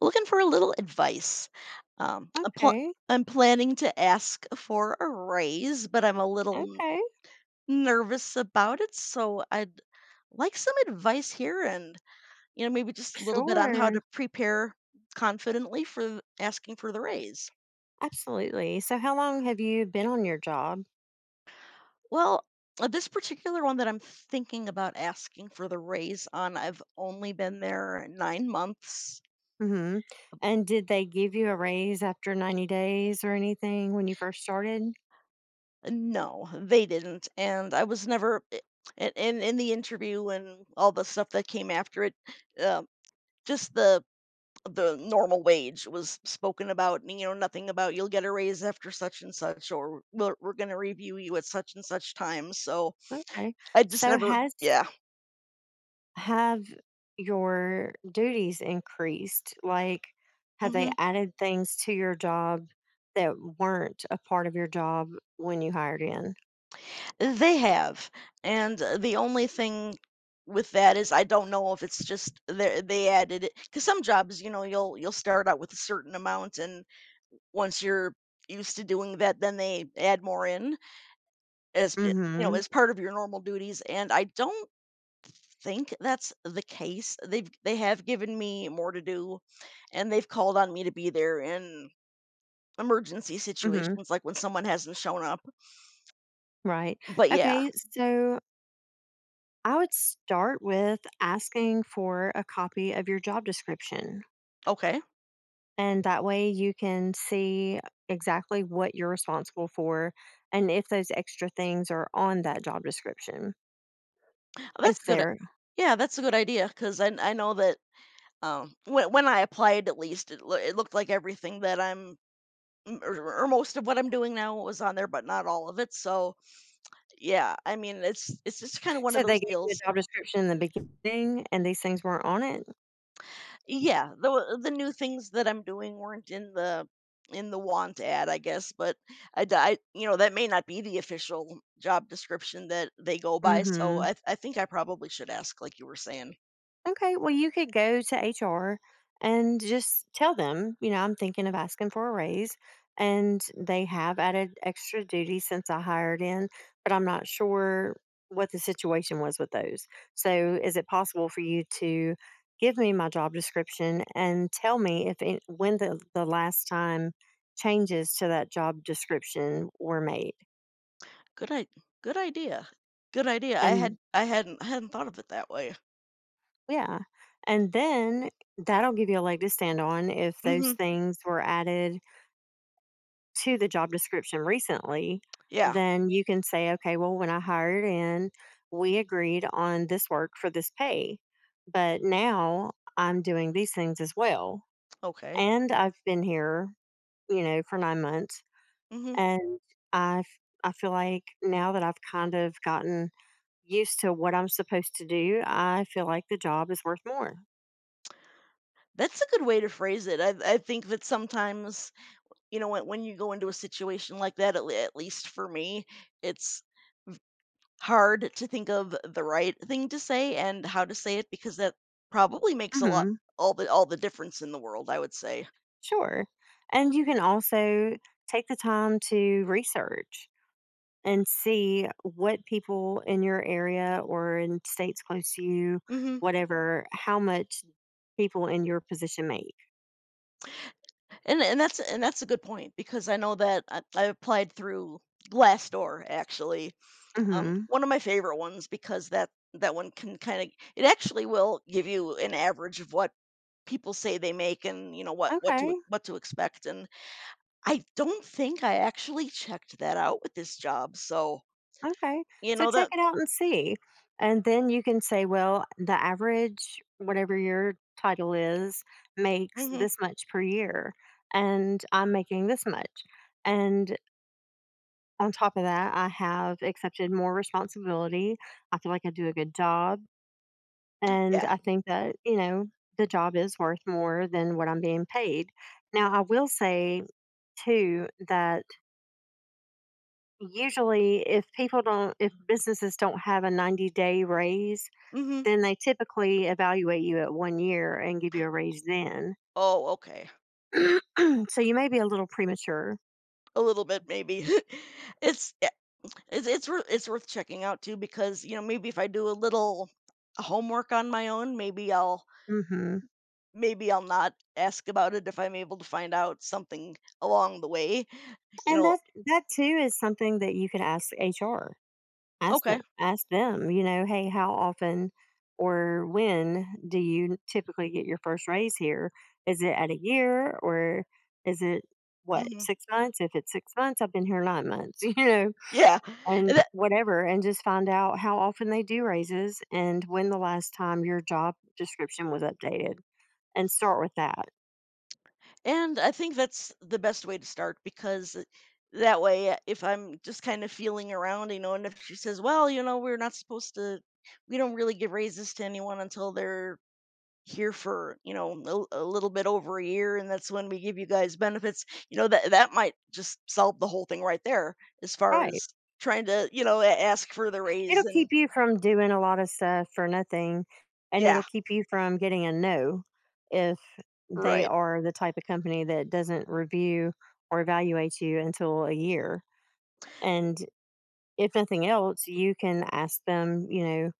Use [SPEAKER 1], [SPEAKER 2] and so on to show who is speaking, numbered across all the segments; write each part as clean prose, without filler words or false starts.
[SPEAKER 1] Looking for a little advice. Um, I'm, pl-
[SPEAKER 2] Okay.
[SPEAKER 1] I'm planning to ask for a raise, but I'm a little
[SPEAKER 2] Okay.
[SPEAKER 1] nervous about it. So I'd like some advice here and maybe just a little bit on how to
[SPEAKER 2] Sure.
[SPEAKER 1] prepare confidently for asking for the raise.
[SPEAKER 2] Absolutely. So, how long have you been on your job?
[SPEAKER 1] Well, this particular one that I'm thinking about asking for the raise on, I've only been there 9 months.
[SPEAKER 2] Hmm. And did they give you a raise after 90 days or anything when you first started?
[SPEAKER 1] No, they didn't, and I was never I and in the interview and all the stuff that came after it, um, just the normal wage was spoken about, and, you know, nothing about "You'll get a raise after such and such," or "We're gonna review you at such and such time," so
[SPEAKER 2] Okay.
[SPEAKER 1] I just
[SPEAKER 2] So,
[SPEAKER 1] never.
[SPEAKER 2] has
[SPEAKER 1] Yeah,
[SPEAKER 2] have your duties increased? Like, have they
[SPEAKER 1] mhm.
[SPEAKER 2] added things to your job that weren't a part of your job when you hired in?
[SPEAKER 1] They have, and the only thing with that is I don't know if it's just they added it because some jobs, you know, you'll start out with a certain amount and once you're used to doing that, then they add more in as you know,
[SPEAKER 2] Mm-hmm.
[SPEAKER 1] as part of your normal duties, and I don't think that's the case. They have given me more to do, and they've called on me to be there in emergency
[SPEAKER 2] Mm-hmm.
[SPEAKER 1] situations, like when someone hasn't shown up.
[SPEAKER 2] Right.
[SPEAKER 1] But yeah,
[SPEAKER 2] Okay. So, I would start with asking for a copy of your job description.
[SPEAKER 1] okay.
[SPEAKER 2] And that way you can see exactly what you're responsible for and if those extra things are on that job description.
[SPEAKER 1] That's
[SPEAKER 2] If
[SPEAKER 1] good.
[SPEAKER 2] they're
[SPEAKER 1] Yeah, that's a good idea because I know that, when I applied, at least, it looked like everything that I'm m or most of what I'm doing now was on there, but not all of it, so yeah, I mean, it's just kind of one of
[SPEAKER 2] So they
[SPEAKER 1] those
[SPEAKER 2] gave you
[SPEAKER 1] deals.
[SPEAKER 2] a job description in the beginning and these things weren't on it?
[SPEAKER 1] Yeah, the new things that I'm doing weren't in the want ad, I guess, but you know, that may not be the official job description that they go by. So
[SPEAKER 2] Mhm.
[SPEAKER 1] I think I probably should ask, like you were saying.
[SPEAKER 2] Okay, well, you could go to HR and just tell them, I'm thinking of asking for a raise, and they have added extra duties since I hired in, but I'm not sure what the situation was with those. So, is it possible for you to give me my job description and tell me if it, when the last time changes to that job description were made?
[SPEAKER 1] Good, I, good idea, good idea.
[SPEAKER 2] And
[SPEAKER 1] I hadn't thought of it that way.
[SPEAKER 2] yeah, and then that'll give you a leg to stand on if those
[SPEAKER 1] Hmm.
[SPEAKER 2] things were added to the job description recently.
[SPEAKER 1] Yeah.
[SPEAKER 2] Then you can say, okay, well, when I hired in, we agreed on this work for this pay, but now I'm doing these things as well.
[SPEAKER 1] Okay.
[SPEAKER 2] And I've been here, for 9 months.
[SPEAKER 1] Hmm.
[SPEAKER 2] And I, I feel like now that I've kind of gotten used to what I'm supposed to do, I feel like the job is worth more.
[SPEAKER 1] That's a good way to phrase it. I think that sometimes, you know, when you go into a situation like that, at le at least for me, it's hard to think of the right thing to say and how to say it, because that probably makes a lot,
[SPEAKER 2] Hmm.
[SPEAKER 1] all the difference in the world, I would say.
[SPEAKER 2] Sure. And you can also take the time to research and see what people in your area or in states close to you,
[SPEAKER 1] Mhm.
[SPEAKER 2] whatever, how much people in your position make.
[SPEAKER 1] And that's a good point because I know that I applied through Glassdoor, actually.
[SPEAKER 2] Hmm.
[SPEAKER 1] One of my favorite ones because that one can kinda, it actually will give you an average of what people say they make and, you know,
[SPEAKER 2] Okay.
[SPEAKER 1] what to expect, and I don't think I actually checked that out with this job, so,
[SPEAKER 2] Okay.
[SPEAKER 1] you
[SPEAKER 2] So
[SPEAKER 1] know,
[SPEAKER 2] check
[SPEAKER 1] that
[SPEAKER 2] it out and see. And then you can say, well, the average, whatever your title is, makes
[SPEAKER 1] mhm,
[SPEAKER 2] this much per year. And I'm making this much. And on top of that, I have accepted more responsibility. I feel like I do a good job.
[SPEAKER 1] yeah,
[SPEAKER 2] And I think that, the job is worth more than what I'm being paid. Now, I will say too that usually if businesses don't have a 90-day raise,
[SPEAKER 1] mhm.
[SPEAKER 2] then they typically evaluate you at one year and give you a raise then.
[SPEAKER 1] Oh, okay.
[SPEAKER 2] So you may be a little premature.
[SPEAKER 1] A little bit maybe. It's yeah, it's worth checking out too because, you know, maybe if I do a little homework on my own,
[SPEAKER 2] Hmm.
[SPEAKER 1] maybe I'll not ask about it if I'm able to find out something along the way, you
[SPEAKER 2] And
[SPEAKER 1] know.
[SPEAKER 2] that too is something that you could ask HR. Ask
[SPEAKER 1] Okay.
[SPEAKER 2] them ask them, "Hey, how often or when do you typically get your first raise here? Is it at a year or is it what,
[SPEAKER 1] Mhm.
[SPEAKER 2] 6 months? If it's 6 months, I've been here 9 months,"
[SPEAKER 1] Yeah,
[SPEAKER 2] and
[SPEAKER 1] and
[SPEAKER 2] whatever, and just find out how often they do raises and when the last time your job description was updated, and start with that.
[SPEAKER 1] And I think that's the best way to start because that way, if I'm just kind of feeling around, you know, and if she says, well, you know, we're not supposed to, we don't really give raises to anyone until they're here for, you know, a little bit over a year. And that's when we give you guys benefits, you know, that that might just solve the whole thing right there as far
[SPEAKER 2] Right.
[SPEAKER 1] as trying to, you know, ask for the raise.
[SPEAKER 2] It'll
[SPEAKER 1] And
[SPEAKER 2] keep you from doing a lot of stuff for nothing, and
[SPEAKER 1] yeah,
[SPEAKER 2] it'll keep you from getting a no if they
[SPEAKER 1] right.
[SPEAKER 2] are the type of company that doesn't review or evaluate you until a year. And if nothing else, you can ask them,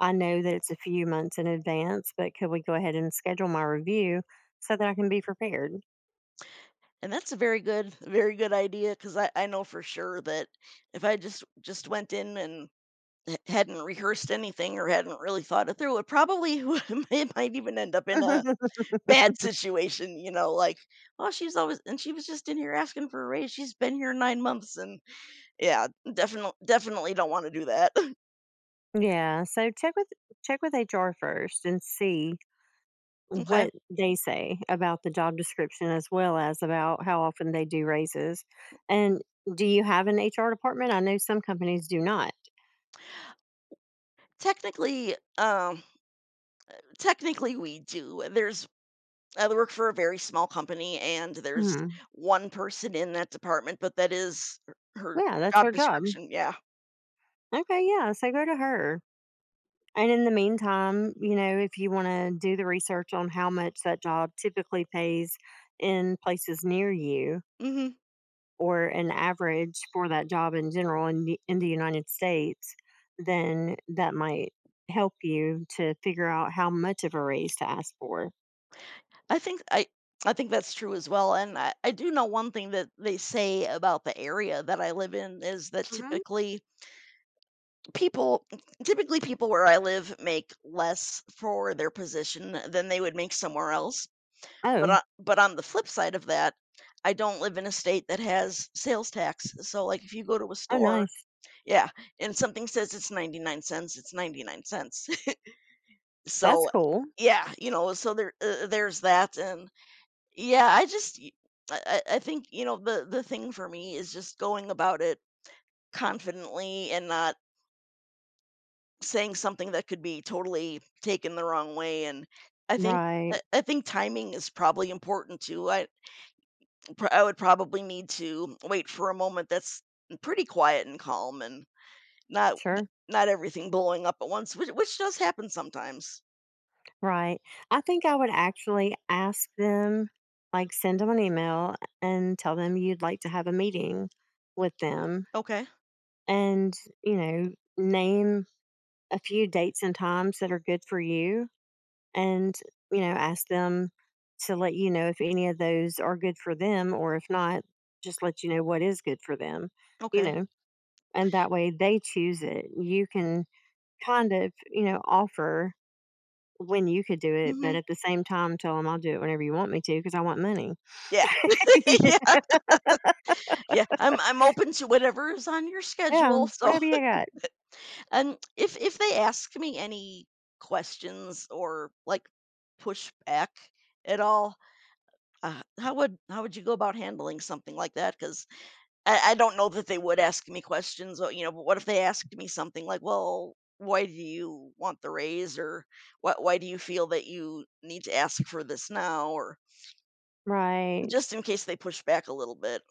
[SPEAKER 2] I know that it's a few months in advance, but could we go ahead and schedule my review so that I can be prepared?
[SPEAKER 1] And that's a very good, very good idea because, I know for sure that if I just went in and ha hadn't rehearsed anything or hadn't really thought it through, it probably would, it might even end up in a bad situation, you know, like, "Oh, she's always, and she was just in here asking for a raise, she's been here 9 months," and yeah, definitely don't wanna do that.
[SPEAKER 2] Yeah, so check with HR first and see
[SPEAKER 1] Okay.
[SPEAKER 2] what they say about the job description as well as about how often they do raises. And do you have an HR department? I know some companies do not.
[SPEAKER 1] Technically, technically we do. There's, I work for a very small company, and there's
[SPEAKER 2] Mhm.
[SPEAKER 1] 1 person in that department, but that is her
[SPEAKER 2] Yeah, that's her
[SPEAKER 1] job
[SPEAKER 2] job.
[SPEAKER 1] description, yeah.
[SPEAKER 2] Okay, yeah, so go to her. And in the meantime, if you want to do the research on how much that job typically pays in places near you,
[SPEAKER 1] Mhm.
[SPEAKER 2] or an average for that job in general in the United States, then that might help you to figure out how much of a raise to ask for.
[SPEAKER 1] I think I I think that's true as well, and I do know one thing that they say about the area that I live in is that
[SPEAKER 2] Hmm.
[SPEAKER 1] people typically people where I live make less for their position than they would make somewhere else.
[SPEAKER 2] Oh,
[SPEAKER 1] But on the flip side of that, I don't live in a state that has sales tax. So like if you go to a
[SPEAKER 2] oh,
[SPEAKER 1] store,
[SPEAKER 2] nice.
[SPEAKER 1] yeah, and something says it's 99 cents, it's 99 cents.
[SPEAKER 2] That's
[SPEAKER 1] So
[SPEAKER 2] cool.
[SPEAKER 1] yeah, you know, so there there's that, and yeah, I just y- I, I think, you know, the thing for me is just going about it confidently and not saying something that could be totally taken the wrong way. And I think
[SPEAKER 2] Right.
[SPEAKER 1] I think timing is probably important too. I I would probably need to wait for a moment that's pretty quiet and calm and not,
[SPEAKER 2] Sure.
[SPEAKER 1] not everything blowing up at once, which does happen sometimes.
[SPEAKER 2] Right. I think I would actually ask them, like, send them an email and tell them you'd like to have a meeting with them
[SPEAKER 1] Okay.
[SPEAKER 2] and, you know, name a few dates and times that are good for you, and ask them to let you know if any of those are good for them, or if not, just let you know what is good for them, you
[SPEAKER 1] Okay.
[SPEAKER 2] know and that way they choose it. You can kind of offer when you could do it, but
[SPEAKER 1] Mhm.
[SPEAKER 2] at the same time, tell them I'll do it whenever you want me to because I want money.
[SPEAKER 1] Yeah. Yeah. Yeah, I'm open to whatever is on your
[SPEAKER 2] Yeah,
[SPEAKER 1] schedule. So,
[SPEAKER 2] whatever you got.
[SPEAKER 1] and if they ask me any questions or like push back at all, how would you go about handling something like that? Because, I don't know that they would ask me questions. Or, you know, but what if they asked me something like, "Well, why do you want the raise?" or Why do you feel that you need to ask for this now?" or
[SPEAKER 2] Right.
[SPEAKER 1] just in case they push back a little bit.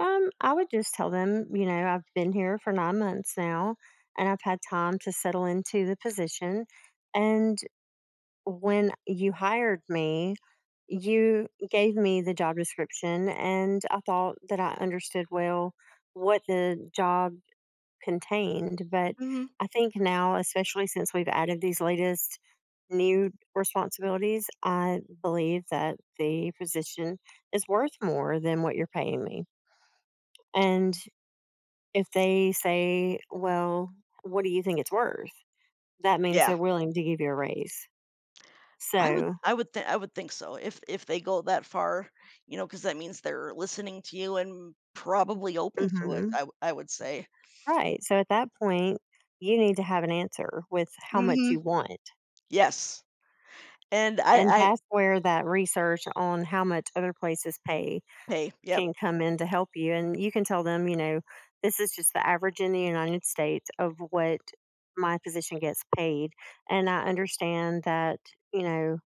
[SPEAKER 2] I would just tell them, I've been here for 9 months now, and I've had time to settle into the position, and when you hired me, you gave me the job description, and I thought that I understood well what the job contained. But
[SPEAKER 1] Hmm.
[SPEAKER 2] I think now, especially since we've added these latest new responsibilities, I believe that the position is worth more than what you're paying me. And if they say, well, what do you think it's worth? That means
[SPEAKER 1] Yeah.
[SPEAKER 2] they're willing to give you a raise. So,
[SPEAKER 1] I would think so. If they go that far, you know, because that means they're listening to you and probably open to it.
[SPEAKER 2] mhm.
[SPEAKER 1] I would say.
[SPEAKER 2] Right, so at that point, you need to have an answer with how much
[SPEAKER 1] Hmm.
[SPEAKER 2] you want,
[SPEAKER 1] Yes. And
[SPEAKER 2] and
[SPEAKER 1] I
[SPEAKER 2] that's where that research on how much other places pay
[SPEAKER 1] hey yep.
[SPEAKER 2] can come in to help you, and you can tell them, "This is just the average in the United States of what my physician gets paid, and I understand that, you know,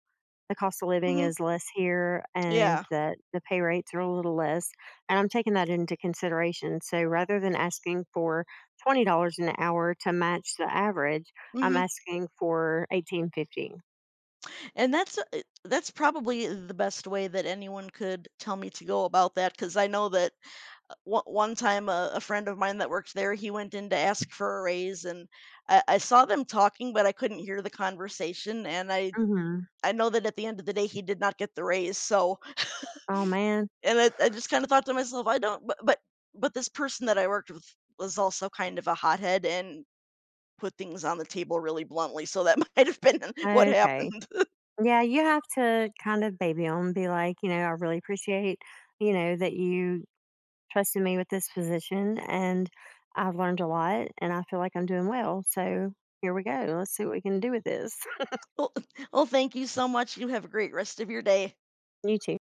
[SPEAKER 2] the cost of living
[SPEAKER 1] Hmm.
[SPEAKER 2] is less here and
[SPEAKER 1] Yeah.
[SPEAKER 2] that the pay rates are a little less. And I'm taking that into consideration. So rather than asking for $20 an hour to match the average, I'm
[SPEAKER 1] Hmm.
[SPEAKER 2] asking for 18.50"
[SPEAKER 1] And that's that's probably the best way that anyone could tell me to go about that because I know that one time a friend of mine that worked there, he went in to ask for a raise, and I saw them talking, but I couldn't hear the conversation, and
[SPEAKER 2] Mhm.
[SPEAKER 1] I know that at the end of the day, he did not get the raise. So,
[SPEAKER 2] Oh man.
[SPEAKER 1] and I just kind of thought to myself, I don't, but this person that I worked with was also kind of a hothead and put things on the table really bluntly. So that might have been what
[SPEAKER 2] Okay.
[SPEAKER 1] happened.
[SPEAKER 2] Yeah, you have to kind of baby them, be like, I really appreciate, that you trusted me with this position, and I've learned a lot and I feel like I'm doing well. So here we go. Let's see what we can do with this.
[SPEAKER 1] Well, well, thank you so much. You have a great rest of your day.
[SPEAKER 2] You too.